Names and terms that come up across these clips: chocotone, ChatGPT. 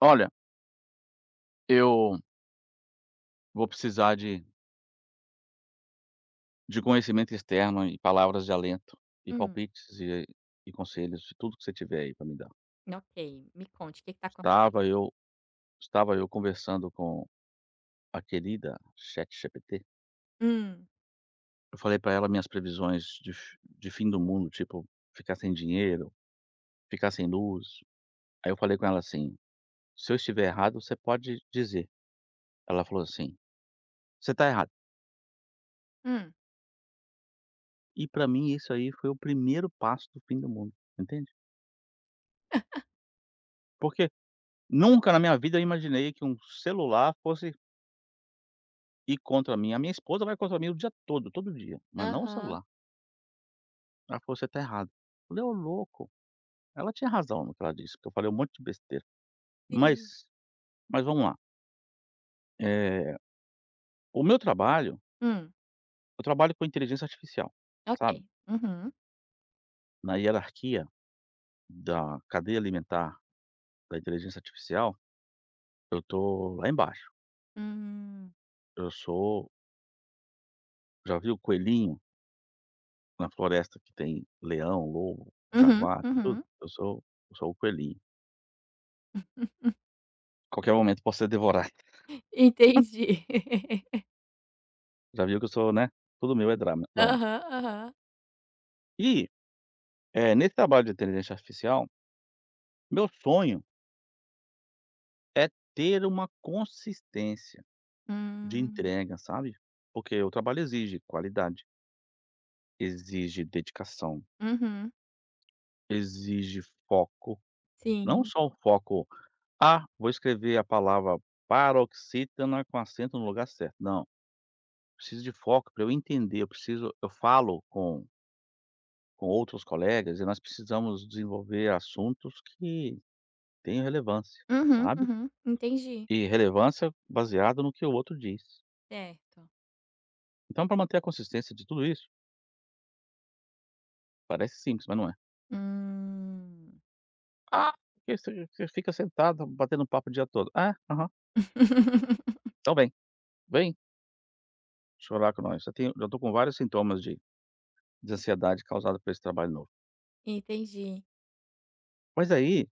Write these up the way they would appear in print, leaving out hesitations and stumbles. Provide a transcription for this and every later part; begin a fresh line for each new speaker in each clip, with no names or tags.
Olha, eu vou precisar de conhecimento externo e palavras de alento e
Hum,
palpites e conselhos de tudo que você tiver aí para me dar.
ok. Me conte, o que que tá acontecendo?
Estava eu Estava eu conversando com a querida ChatGPT,
Hum,
eu falei para ela minhas previsões de f de fim do mundo, tipo, ficar sem dinheiro, ficar sem luz. Aí eu falei com ela assim: "Se eu estiver errado, você pode dizer". Ela falou assim: "Você está errado".
hum.
E para mim isso aí foi o primeiro passo do fim do mundo, entende? Porque nunca na minha vida eu imaginei que um celular fosse ir contra mim. A minha esposa vai contra mim o dia todo, todo dia, mas não o
Aham,
celular. Ela falou: "Você tá errado". Eu falei: "Ô louco". Ela tinha razão no que ela disse, porque eu falei um monte de besteira. Mas
sim.
vamos lá, eh, o meu trabalho,
Hum.
eu trabalho com inteligência artificial, sabe.
Ok. Uhum.
Na hierarquia da cadeia alimentar da inteligência artificial, eu tô lá embaixo.
Hum.
Eu sou, já viu o coelhinho na floresta que tem leão, lobo,
Uhum,
jaguar, tem tudo?
uhum.
Eu sou o coelhinho. Qualquer momento posso ser devorado.
Entendi.
Já viu que eu sou, né, tudo meu é drama dramático.
Aham, aham.
E, nesse trabalho de inteligência artificial, meu sonho é ter uma consistência de
Hum.
entrega, sabe. Porque o trabalho exige qualidade, exige dedicação,
Uhum.
exige foco, não
Sim.
só o foco: "Ah, vou escrever a palavra paroxítona com acento no lugar certo", não, preciso de foco para eu entender, eu preciso, eu falo com outros colegas e nós precisamos desenvolver assuntos que tenham relevância,
Uhum,
sabe?
uhum. Entendi.
E relevância baseado no que o outro diz.
Certo.
Então, para manter a consistência de tudo isso, parece simples, mas não é.
Hum.
Ah, porque você fica sentado batendo papo o dia todo. Ah, aham. Então vem chorar com nós. Já tenho, já estou com vários sintomas de ansiedade causada por esse trabalho novo.
Entendi.
Mas aí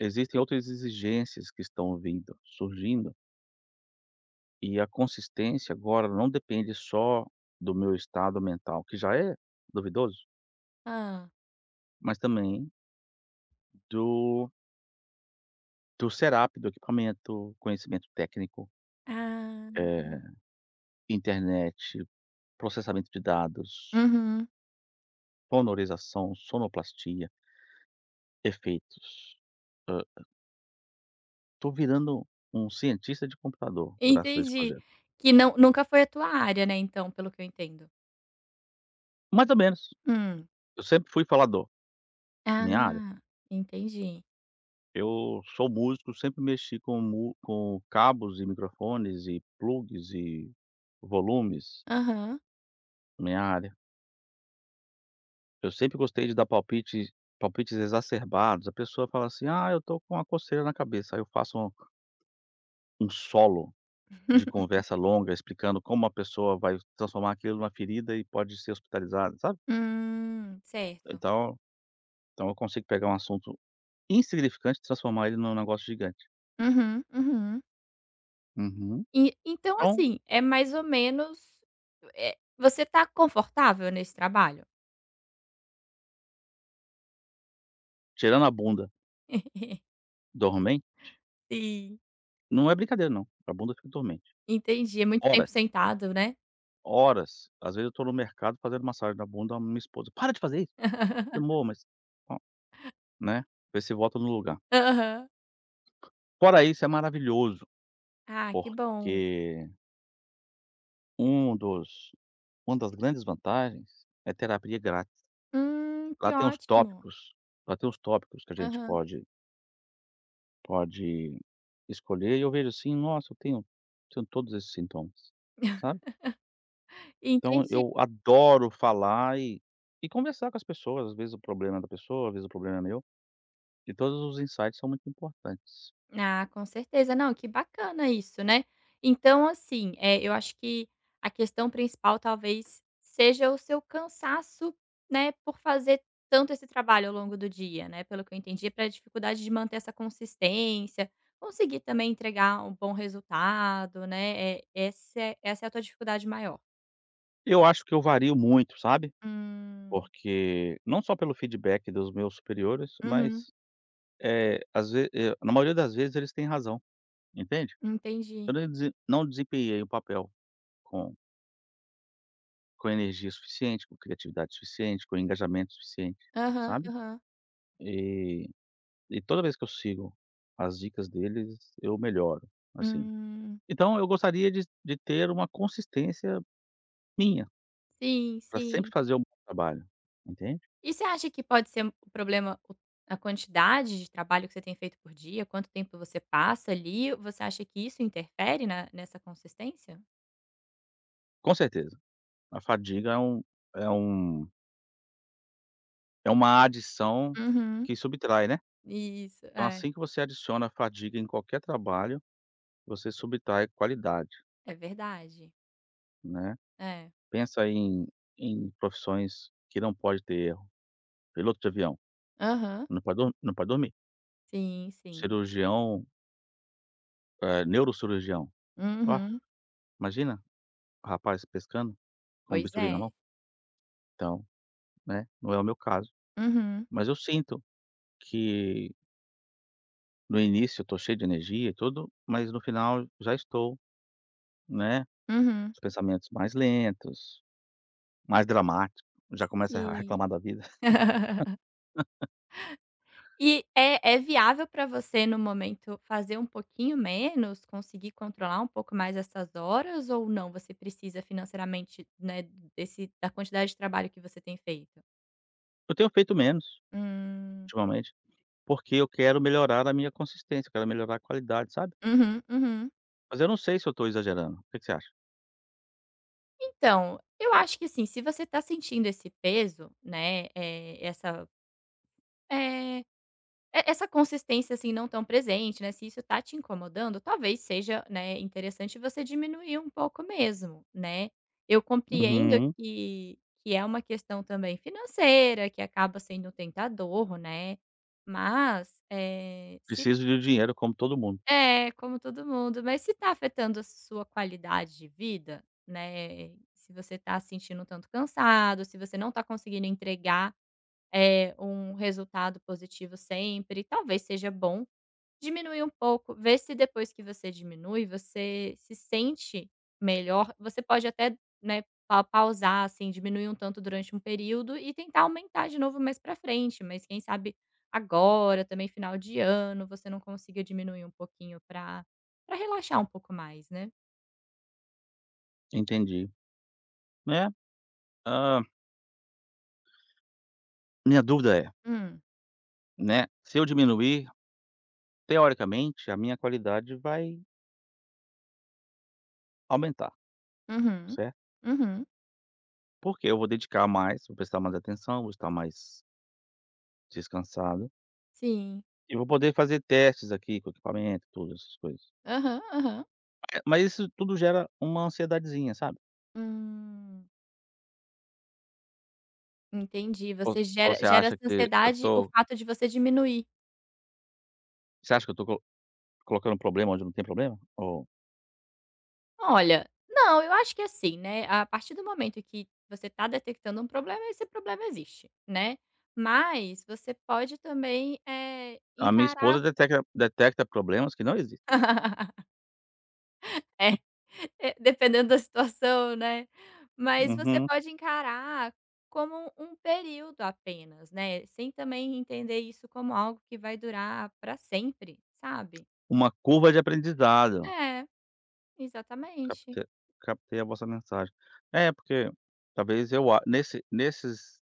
existem outras exigências que estão vindo, surgindo. E a consistência agora não depende só do meu estado mental, que já é duvidoso,
ah
mas também do do setup, do equipamento, conhecimento técnico,
Ah.
eh, internet, processamento de dados,
Uhum.
sonorização, sonoplastia, efeitos. Hã, tô virando um cientista de computador graças a esse
Entendi.
projeto.
Que não nunca foi a tua área, né, então, pelo que eu entendo.
Mais ou menos,
Hum.
eu sempre fui falador, minha área.
Ah, entendi.
Eu sou músico, sempre mexi com mu com cabos e microfones e plugs e volumes,
Aham.
minha área. Eu sempre gostei de dar palpites exacerbados, a pessoa fala assim: "Ah, eu tô com uma coceira na cabeça", aí eu faço um solo de conversa longa explicando como a pessoa vai transformar aquilo numa ferida e pode ser hospitalizada, sabe.
Certo.
Então eu consigo pegar um assunto insignificante e transformar ele num negócio gigante.
Uhum, uhum.
Uhum.
E então,
Então,
assim, é mais ou menos, você tá confortável nesse trabalho?
tirando a bunda dormente.
Sim.
Não é brincadeira não, a bunda fica dormente.
Entendi, é muito tempo
Horas,
sentado, né?
horas, às vezes eu tô no mercado fazendo massagem na bunda, a minha esposa: "Para de fazer isso!" Eu: "Amor, mas" ó, né, vê se volta no lugar.
Aham.
Fora isso é maravilhoso,
Ah, que bom.
porque um dos uma das grandes vantagens é terapia grátis. Lá
Que
tem uns
ótimo.
tópicos Lá tem uns tópicos que a gente
Aham.
pode escolher e eu vejo assim: "Nossa, eu tenho todos esses sintomas", sabe? Então
Entendi.
eu adoro falar e conversar com as pessoas, às vezes o problema é da pessoa, às vezes o problema é meu, e todos os insights são muito importantes.
Ah, com certeza. Não, que bacana isso, né. Então assim, eu acho que a questão principal talvez seja o seu cansaço, né, por fazer tanto esse trabalho ao longo do dia, né, pelo que eu entendi, para a dificuldade de manter essa consistência, conseguir também entregar um bom resultado, né, essa é a tua dificuldade maior.
Eu acho que eu vario muito, sabe,
Hum.
porque não só pelo feedback dos meus superiores,
Uhum.
mas, na maioria das vezes eles têm razão, entende.
Entendi.
Eu não desempenhei o papel com energia suficiente, com criatividade suficiente, com engajamento suficiente,
Aham,
sabe.
aham.
E toda vez que eu sigo as dicas deles, eu melhoro, assim.
Hum.
Então eu gostaria de ter uma consistência minha,
Sim,
para sempre
sim.
fazer o bom trabalho, entende?
E você acha que pode ser o problema o a quantidade de trabalho que você tem feito por dia, quanto tempo você passa ali, você acha que isso interfere na nessa consistência?
Com certeza, a fadiga é é uma adição
Uhum.
que subtrai, né.
Isso,
Então
é.
assim que você adiciona a fadiga em qualquer trabalho, você subtrai qualidade,
É verdade.
né.
É.
Pensa em profissões que não pode ter erro, piloto de avião,
Aham.
não pode dormir,
Sim, sim.
cirurgião, neurocirurgião, ah,
Uhum.
imagina, rapaz pescando com
Pois
bisturi na
é.
mão, então. Né, não é o meu caso.
Uhum,
Mas eu sinto que no início eu estou cheio de energia e tudo, mas no final já estou, né,
uhum.
os pensamentos mais lentos, mais dramáticos, já começa a
Sim.
reclamar da vida.
E é viável para você no momento fazer um pouquinho menos, conseguir controlar um pouco mais essas horas ou não? Você precisa financeiramente, né, desse da quantidade de trabalho que você tem feito?
Eu tenho feito menos
Hum.
ultimamente, porque eu quero melhorar a minha consistência, eu quero melhorar a qualidade, sabe.
Uhum, uhum.
Mas eu não sei se eu estou exagerando, o que que você acha?
Então, eu acho que assim, se você tá sentindo esse peso, né, eh, essa é É essa consistência, assim, não tão presente, né, se isso tá te incomodando, talvez seja, né, interessante você diminuir um pouco mesmo, né. Eu compreendo
Uhum.
que é uma questão também financeira, que acaba sendo um tentador, né, mas, se
Preciso de dinheiro como todo mundo.
é, como todo mundo, mas se tá afetando a sua qualidade de vida, né, se você tá se sentindo um tanto cansado, se você não tá conseguindo entregar, um resultado positivo sempre, talvez seja bom diminuir um pouco, ver se depois que você diminui, você se sente melhor. Você pode até, né, pa pausar, assim, diminuir um tanto durante um período e tentar aumentar de novo mais pra frente, mas quem sabe agora, também final de ano, você não consiga diminuir um pouquinho pra relaxar um pouco mais, né?
Entendi. Né, hã, minha dúvida é,
Hum.
né, se eu diminuir, teoricamente, a minha qualidade vai aumentar,
Uhum.
certo?
Uhum.
Porque eu vou dedicar mais, vou prestar mais atenção, vou estar mais descansado
Sim.
e vou poder fazer testes aqui com o equipamento, todas essas coisas.
Aham, aham.
Mas isso tudo gera uma ansiedadezinha, sabe?
Hum. Entendi.
Ou
Você
ou
gera
você
gera essa
acha que eu
ansiedade o
tô
fato de você diminuir.
você acha que eu tô co colocando um problema onde não tem problema? Ou
Olha, não, eu acho que assim, né, a partir do momento que você está detectando um problema, esse problema existe, né. Mas você pode também,
a minha
encarar
esposa detecta problemas que não existem.
É, dependendo da situação, né. Mas você
Uhum.
pode encarar como um período apenas, né, sem também entender isso como algo que vai durar para sempre, sabe.
Uma curva de aprendizado.
É, exatamente.
Captei Captei a vossa mensagem. É, porque talvez eu a nesse nesses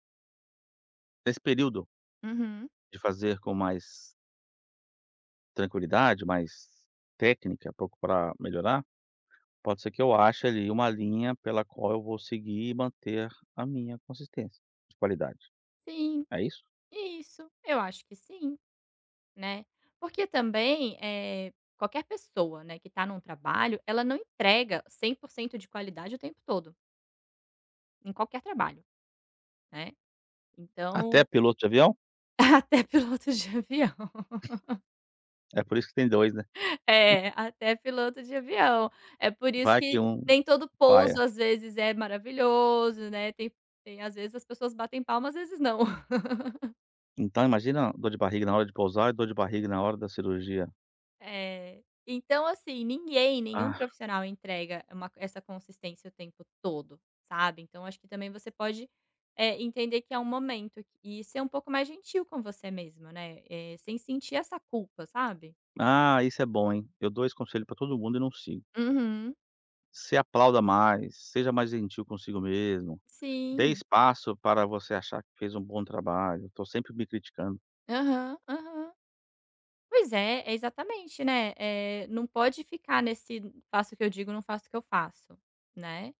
nesse período
Uhum.
de fazer com mais tranquilidade, mais técnica, pouco melhorar, pode ser que eu ache ali uma linha pela qual eu vou seguir e manter a minha consistência de qualidade,
Sim,
é isso?
isso, eu acho que sim. Né. Porque também, qualquer pessoa, né, que está num trabalho, ela não entrega 100% de qualidade o tempo todo, em qualquer trabalho, né.
Até
Então
piloto de avião?
até piloto de avião.
É por isso que tem 2, né.
É, até piloto de avião. É por isso
Vai que
que
um
nem todo pouso,
falha.
às vezes, é maravilhoso, né, tem às vezes as pessoas batem palma, às vezes não.
Então imagina dor de barriga na hora de pousar e dor de barriga na hora da cirurgia.
É. Então, assim, ninguém, nenhum
Ah,
profissional entrega uma essa consistência o tempo todo, sabe. Então acho que também você pode, entender que é um momento e ser um pouco mais gentil com você mesma, né, sem sentir essa culpa, sabe?
ah, isso é bom, hein. Eu dou esse conselho para todo mundo e não sigo.
Uhum.
Se aplauda mais, seja mais gentil consigo mesmo, dê
Sim.
espaço para você achar que fez um bom trabalho, estou sempre me criticando.
Aham, aham. Pois é exatamente, né, não pode ficar nesse faço o que eu digo, não faço o que eu faço, né?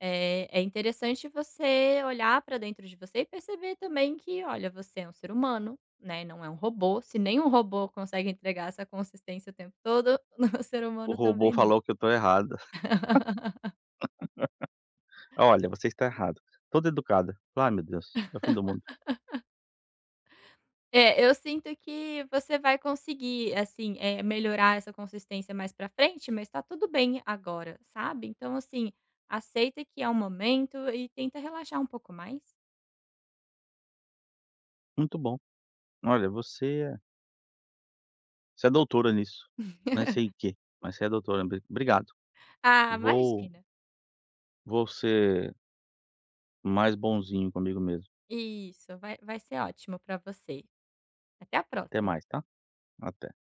É interessante você olhar para dentro de você e perceber também que, olha, você é um ser humano, né? Não é um robô. Se nem um robô consegue entregar essa consistência o tempo todo, o ser
O
humano também
robô
não.
falou que eu tô errada. "Olha, você está errada", toda educada. Falei: meu Deus, é o fim do mundo".
É, eu sinto que você vai conseguir, assim, melhorar essa consistência mais para frente, mas tá tudo bem agora, sabe? Então, assim, aceita que é um momento e tenta relaxar um pouco mais.
"Muito bom, olha, você é doutora nisso, não sei em quê, mas você é doutora, obrigado.
Ah,
Vou
imagina.
Vou ser mais bonzinho comigo mesmo.
Isso, vai, vai ser ótimo para você. Até a
Até
próxima.
mais, tá? Até".